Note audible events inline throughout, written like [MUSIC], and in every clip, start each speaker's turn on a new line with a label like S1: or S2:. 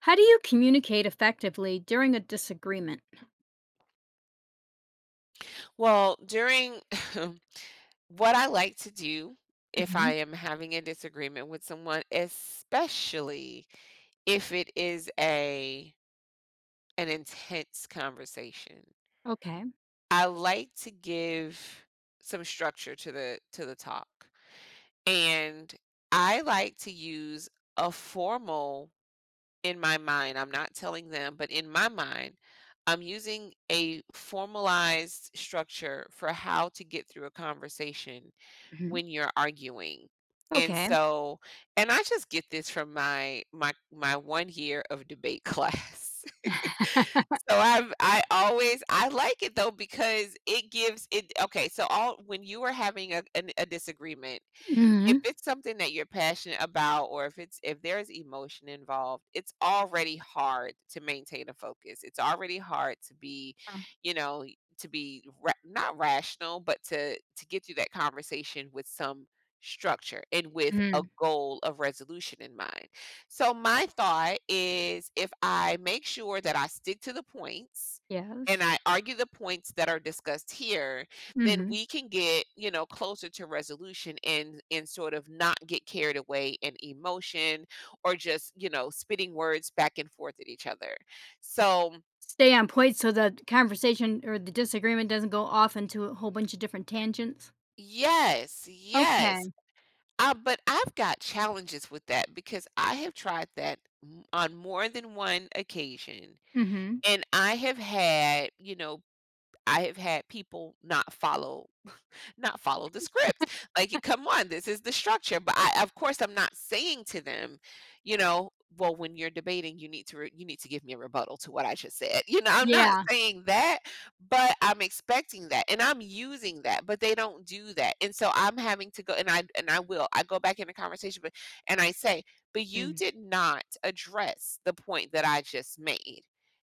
S1: How do you communicate effectively during a disagreement?
S2: Well, during [LAUGHS] what I like to do if
S1: Mhm.
S2: I am having a disagreement with someone, especially if it is a an intense conversation,
S1: Okay.
S2: I like to give some structure to the talk. And I like to use a formal in my mind. I'm not telling them, but in my mind, I'm using a formalized structure for how to get through a conversation
S1: Mhm.
S2: when you're arguing. And
S1: Okay.
S2: so and I just get this from my one year of debate class. [LAUGHS]
S1: [LAUGHS]
S2: So I always I like it though because it gives it okay, so all when you are having a disagreement, if
S1: Mhm.
S2: it's something that you're passionate about or if it's if there's emotion involved, it's already hard to maintain a focus. It's already hard to be,
S1: Uh,
S2: you know, to be not rational, but to get through that conversation with some structure and with a
S1: Mhm.
S2: goal of resolution in mind. So my thought is if I make sure that I stick to the points and
S1: Yes.
S2: I argue the points that are discussed here, then
S1: Mhm.
S2: we can get, you know, closer to resolution and sort of not get carried away in emotion or just, spitting words back and forth at each other. So,
S1: Stay on point so the conversation or the disagreement doesn't go off into a whole bunch of different tangents?
S2: yes, yes.
S1: Okay.
S2: But I've got challenges with that because I have tried that on more than one occasion.
S1: Mhm.
S2: And I have had, you know, I have had people not follow the script. Like, come on, this is the structure. But I, of course, I'm not saying to them, you know, well, when you're debating, you need to you need to give me a rebuttal to what I just said. You know, I'm not
S1: Yeah.
S2: saying that, but I'm expecting that, and I'm using that. But they don't do that, and so I'm having to go, and I will. I go back in the conversation, but and I say, but you
S1: Mm.
S2: did not address the point that I just made.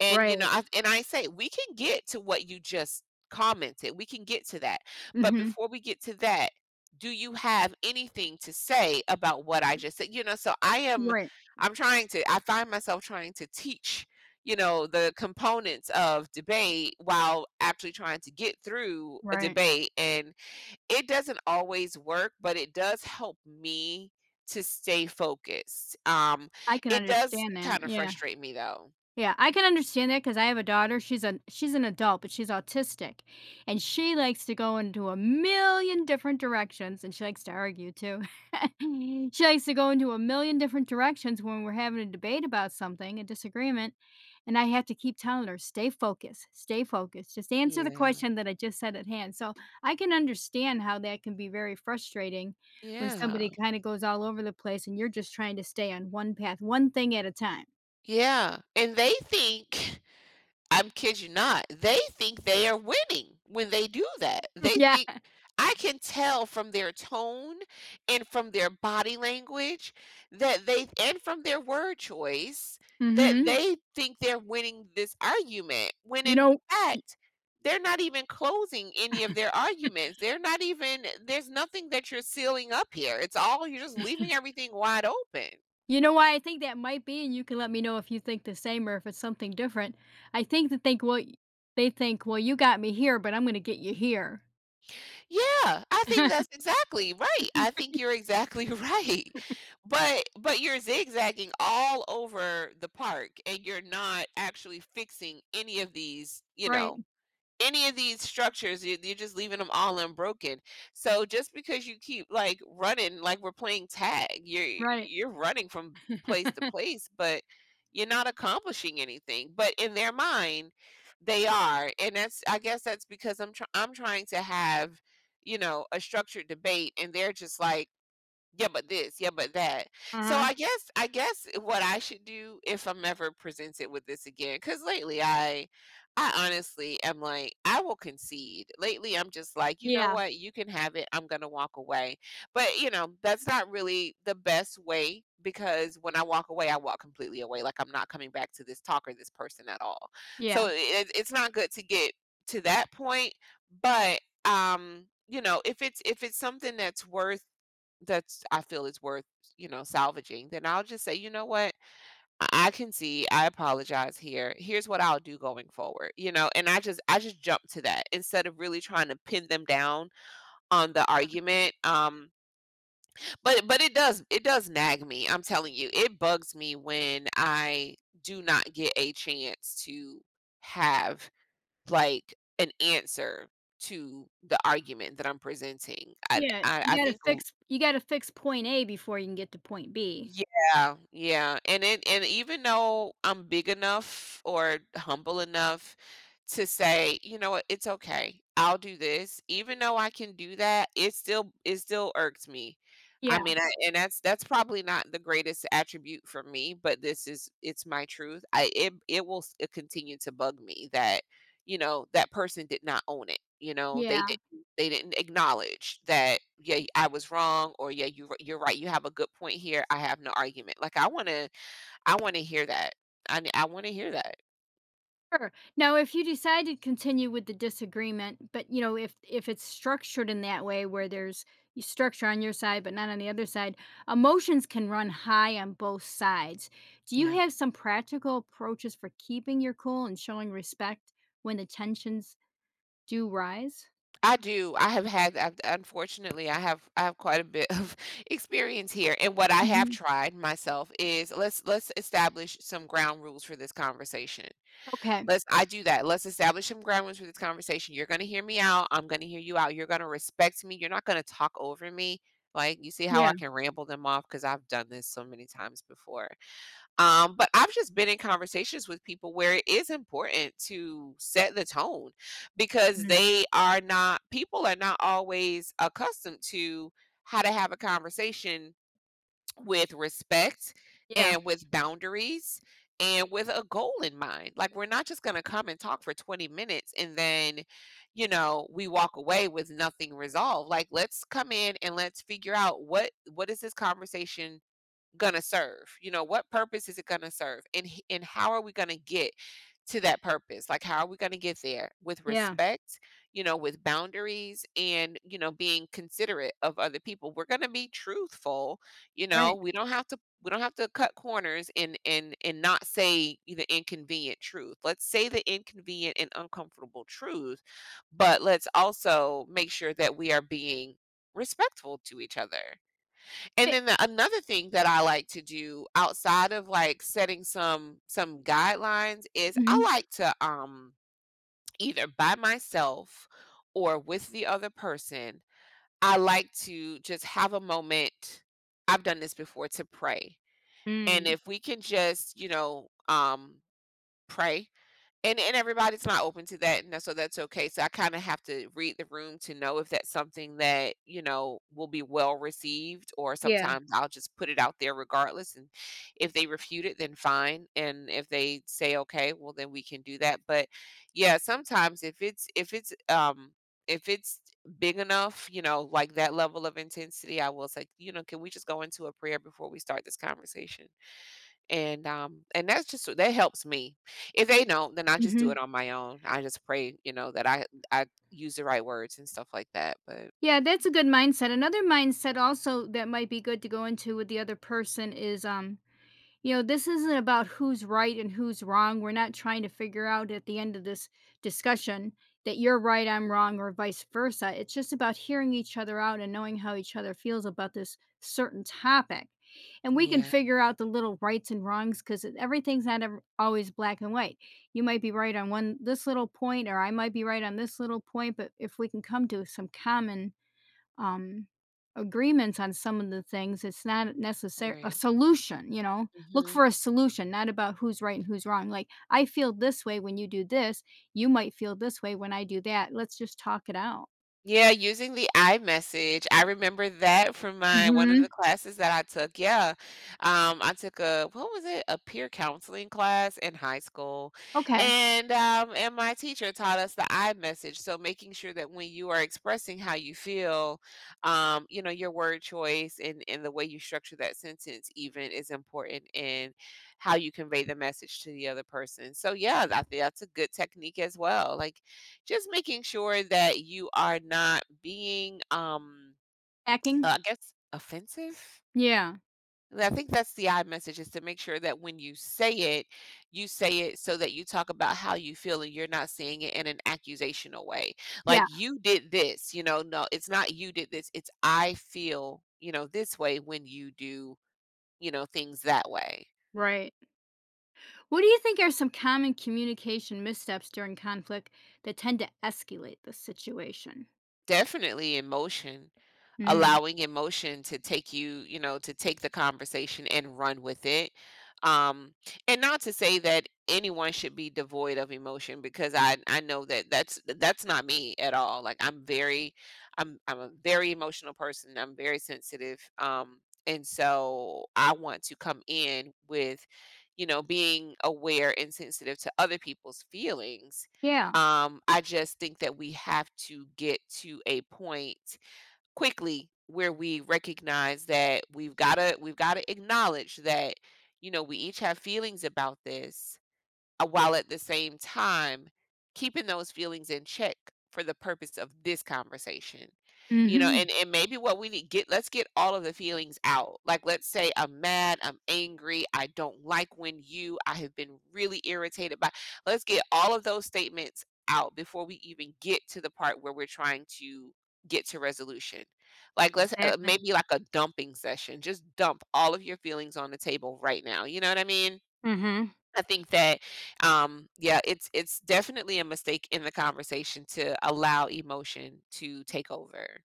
S2: And
S1: Right.
S2: you know, and I say we can get to what you just commented. We can get to that but
S1: Mhm.
S2: before we get to that, do you have anything to say about what I just said? You know, so I am
S1: Right.
S2: I'm trying to I find myself trying to teach, the components of debate while actually trying to get through a
S1: Right.
S2: debate and it doesn't always work, but it does help me to stay focused.
S1: I can
S2: It does
S1: understand that,
S2: kind of
S1: yeah.
S2: frustrate me though.
S1: Yeah, I can understand that because I have a daughter, she's an adult, but she's autistic, and
S2: Mhm.
S1: she likes to go into a million different directions, and she likes to argue too. [LAUGHS] She likes to go into a million different directions when we're having a debate about something, a disagreement, and I have to keep telling her, stay focused, just answer the
S2: Yeah.
S1: question that I just said at hand." So, I can understand how that can be very frustrating when
S2: Yeah.
S1: somebody kinda goes all over the place and you're just trying to stay on one path, one thing at a time.
S2: Yeah. And they think I'm kid you not. They think they are winning when they do that. They
S1: [LAUGHS] Yeah.
S2: think I can tell from their tone and from their body language that they and from their word choice that
S1: Mhm.
S2: they think they're winning this argument when
S1: You
S2: in
S1: know y-
S2: fact they're not even closing any of their arguments. They're not even there's nothing that you're sealing up here. It's all you're just leaving everything wide open.
S1: you know why I think that might be, and you can let me know if you think the same or if it's something different. I think that think well they think, "Well, you got me here, but I'm gonna get you here."
S2: Yeah, I think that's
S1: [LAUGHS]
S2: exactly right. I think you're exactly [LAUGHS] right. But you're zigzagging all over the park and you're not actually fixing any of these,
S1: Right,
S2: any of these structures, you're just leaving them all unbroken. So just because you keep like running, like we're playing tag,
S1: right.
S2: you're running from place to place, but you're not accomplishing anything. But in their mind, they are, and that's I guess that's because I'm trying to have a structured debate, and they're just like yeah, but this, yeah, but that.
S1: uh
S2: So
S1: huh,
S2: I guess what I should do if I'm ever presented with this again, because lately I honestly am like, I will concede. Lately I'm just like, you know
S1: Yeah,
S2: what, you can have it. I'm gonna walk away. But you know, that's not really the best way because when I walk away, I walk completely away. Like I'm not coming back to this talk or this person at all.
S1: yeah.
S2: So it's not good to get to that point, but you know if it's something that's worth that's I feel is worth, salvaging, then I'll just say, "You know what? I can see, I apologize here. Here's what I'll do going forward," you know, and I just jump to that instead of really trying to pin them down on the argument, but it does nag me, I'm telling you. It bugs me when I do not get a chance to have, like, an answer to the argument that I'm presenting. I
S1: Yeah,
S2: I I think
S1: you gotta fix point A before you can get to point B.
S2: yeah, yeah. And it and even though I'm big enough or humble enough to say, you know what, it's okay. I'll do this. Even though I can do that, it still irks me. I
S1: Yeah,
S2: mean, and that's probably not the greatest attribute for me, but this is it's my truth. I it it will continue to bug me that you know that person did not own it. You know, they
S1: yeah.
S2: did. They didn't acknowledge that, "Yeah, I was wrong," or, "Yeah, you you're right. You have a good point here. I have no argument." Like, I wanna hear that. I wanna hear that.
S1: Sure. Now, if you decide to continue with the disagreement, but you know, if it's structured in that way where structure on your side but not on the other side, emotions can run high on both sides. Do you
S2: Yeah.
S1: have some practical approaches for keeping your cool and showing respect when the tensions do rise?
S2: I do. I've unfortunately, I have quite a bit of [LAUGHS] experience here, and what I have
S1: Hmm.
S2: tried myself is let's establish some ground rules for this conversation.
S1: Okay.
S2: Let's I do that. Let's establish some ground rules for this conversation. You're gonna hear me out. I'm gonna hear you out. You're gonna respect me. You're not gonna talk over me. Like you see how I
S1: Yeah.
S2: can ramble them off because I've done this so many times before. But I've just been in conversations with people where it is important to set the tone because
S1: Mm.
S2: they are not people are not always accustomed to how to have a conversation with respect
S1: Yeah.
S2: and with boundaries and with a goal in mind. Like we're not just going to come and talk for 20 minutes and then, you know, we walk away with nothing resolved. Like let's come in and let's figure out what is this conversation gonna serve? You know, what purpose is it gonna serve? And and how are we gonna get to that purpose? Like how are we gonna get there with
S1: Yeah.
S2: respect, with boundaries and, you know, being considerate of other people. We're gonna be truthful, you know.
S1: Right.
S2: We don't have to we don't have to cut corners and not say the inconvenient truth. Let's say the inconvenient and uncomfortable truth, but let's also make sure that we are being respectful to each other. And then the another thing that I like to do outside of, like, setting some guidelines is I
S1: Mhm.
S2: like to, either by myself or with the other person, I like to just have a moment I've done this before to pray. And
S1: Mm.
S2: if we can just, you know, pray and everybody's not open to that, and that's so that's okay. So I kinda have to read the room to know if that's something that, you know, will be well received, or
S1: Yeah.
S2: sometimes I'll just put it out there regardless, and if they refute it, then fine, and if they say, "Okay, well, then we can do that," but, yeah, sometimes if it's big enough, you know, like that level of intensity, I will say, you know, "Can we just go into a prayer before we start this conversation?" And that's just that helps me. If they don't, then I just do
S1: Hmm.
S2: it on my own. I just pray, you know, that I use the right words and stuff like that, but
S1: Yeah, that's a good mindset. Another mindset also that might be good to go into with the other person is, you know, this isn't about who's right and who's wrong. We're not trying to figure out at the end of this discussion that you're right, I'm wrong, or vice versa. It's just about hearing each other out and knowing how each other feels about this certain topic. And we can
S2: yeah,
S1: figure out the little rights and wrongs because everything's not ever, always black and white. You might be right on one this little point, or I might be right on this little point, but if we can come to some common, um, agreements on some of the things. It's not necessary a
S2: right.
S1: solution, you know. Look
S2: Mhm.
S1: for a solution, not about who's right and who's wrong. Like, I feel this way when you do this. You might feel this way when I do that. Let's just talk it out.
S2: Yeah, using the iMessage. I remember that from my one of the
S1: Mhm.
S2: classes that I took. Yeah. I took a what was it? A peer counseling class in high school.
S1: Okay.
S2: And my teacher taught us the iMessage. So making sure that when you are expressing how you feel, you know, your word choice and the way you structure that sentence even is important in how you convey the message to the other person. So yeah, I think that's a good technique as well. Like just making sure that you are not being,
S1: Hacking?
S2: I guess, offensive.
S1: Yeah.
S2: And I think that's the I message is to make sure that when it, you say it so that you talk about how you feel and you're not saying it in an accusational way. Like
S1: Yeah.
S2: you did this, you know, no, it's not you did this. It's I feel, you know, this way when you do, you know, things that way.
S1: Right. What do you think are some common communication missteps during conflict that tend to escalate the situation?
S2: Definitely emotion.
S1: Mm.
S2: Allowing emotion to take you, you know, to take the conversation and run with it. Um, and not to say that anyone should be devoid of emotion because I know that that's not me at all. Like I'm very I'm a very emotional person. I'm very sensitive. And so I want to come in with, you know, being aware and sensitive to other people's feelings.
S1: Yeah.
S2: I just think that we have to get to a point quickly where we recognize that we've gotta acknowledge that, you know, we each have feelings about this, while at the same time keeping those feelings in check for the purpose of this conversation. You know,
S1: Mhm.
S2: and maybe what we need, get, let's get all of the feelings out. Like let's say I'm mad, I'm angry, I don't like when you, I have been really irritated by, let's get all of those statements out before we even get to the part where we're trying to get to resolution. Like let's
S1: Exactly.
S2: maybe like a dumping session, just dump all of your feelings on the table right now, you know what I mean?
S1: Mhm.
S2: I think that, yeah, it's definitely a mistake in the conversation to allow emotion to take over.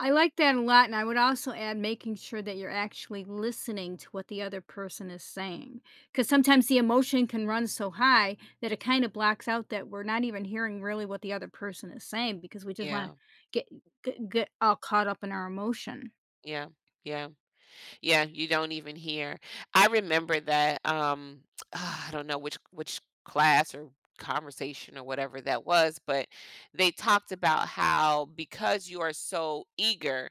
S1: I like that a lot, and I would also add making sure that you're actually listening to what the other person is saying, because sometimes the emotion can run so high that it kinda blocks out that we're not even hearing really what the other person is saying because we just wanna
S2: Yeah,
S1: get get get all caught up in our emotion.
S2: yeah, yeah. Yeah, you don't even hear. I remember that [TSK] I don't know which class or conversation or whatever that was, but they talked about how because you are so eager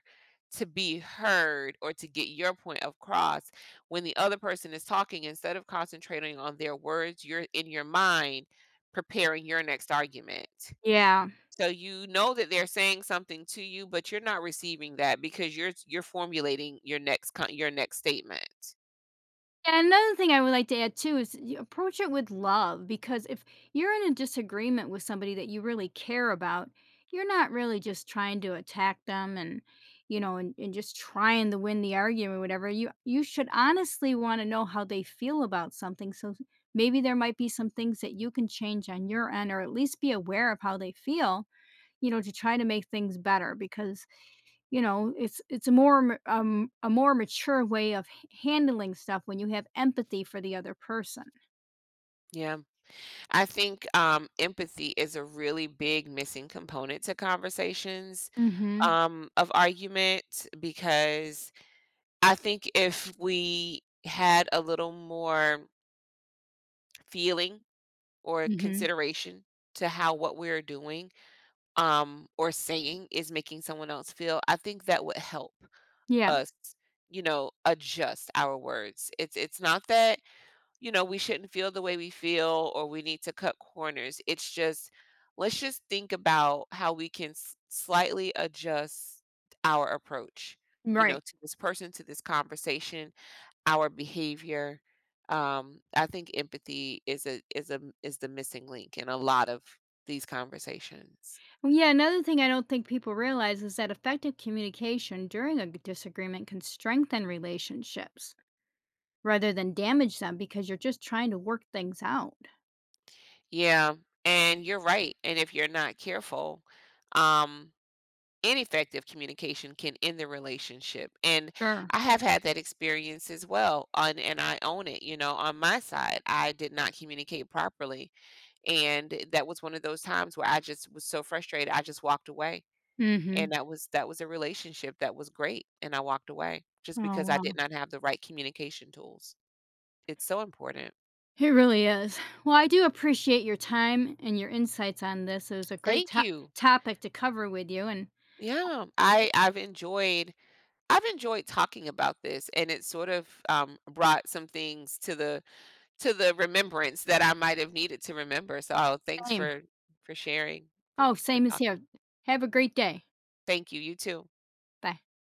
S2: to be heard or to get your point across, when the other person is talking, instead of concentrating on their words, you're in your mind preparing your next argument.
S1: Yeah.
S2: So you know that they're saying something to you, but you're not receiving that because you're formulating your next co your next statement.
S1: Yeah, another thing I would like to add too is you approach it with love, because if you're in a disagreement with somebody that you really care about, you're not really just trying to attack them, and you know and just trying to win the argument or whatever. You should honestly want to know how they feel about something. So maybe there might be some things that you can change on your end or at least be aware of how they feel, you know, to try to make things better, because you know, it's a more m a more mature way of h handling stuff when you have empathy for the other person.
S2: Yeah. I think, empathy is a really big missing component to conversations,
S1: Mhm,
S2: of argument, because I think if we had a little more feeling or
S1: mhm.
S2: consideration to how what we're doing or saying is making someone else feel, I think that would help
S1: Yeah,
S2: us, you know, adjust our words. It's not that, you know, we shouldn't feel the way we feel or we need to cut corners. It's just, let's just think about how we can slightly adjust our approach, you know,
S1: right.
S2: to this person, to this conversation, our behavior. I think empathy is a is a is the missing link in a lot of these conversations.
S1: Well, yeah, another thing I don't think people realize is that effective communication during a g disagreement can strengthen relationships rather than damage them because you're just trying to work things out.
S2: Yeah, and you're right. And if you're not careful, um, ineffective communication can end the relationship. And
S1: Sure.
S2: I have had that experience as well, on, and I own it. You know, on my side, I did not communicate properly, and that was one of those times where I just was so frustrated, I just walked away.
S1: Mhm.
S2: And that was a relationship that was great, and I walked away
S1: Oh,
S2: just because I
S1: wow.
S2: did not have the right communication tools. It's so important.
S1: It really is. Well, I do appreciate your time and your insights on this. It was a great
S2: Thank
S1: to
S2: you.
S1: topic to cover with you, and
S2: Yeah, I've enjoyed talking about this, and it sort of brought some things to the remembrance that I might have needed to remember. So oh, thanks
S1: same.
S2: for sharing
S1: Oh,
S2: for
S1: same as
S2: talking.
S1: here. Have a
S2: Mhm.
S1: great day.
S2: Thank you. You too.
S1: Bye.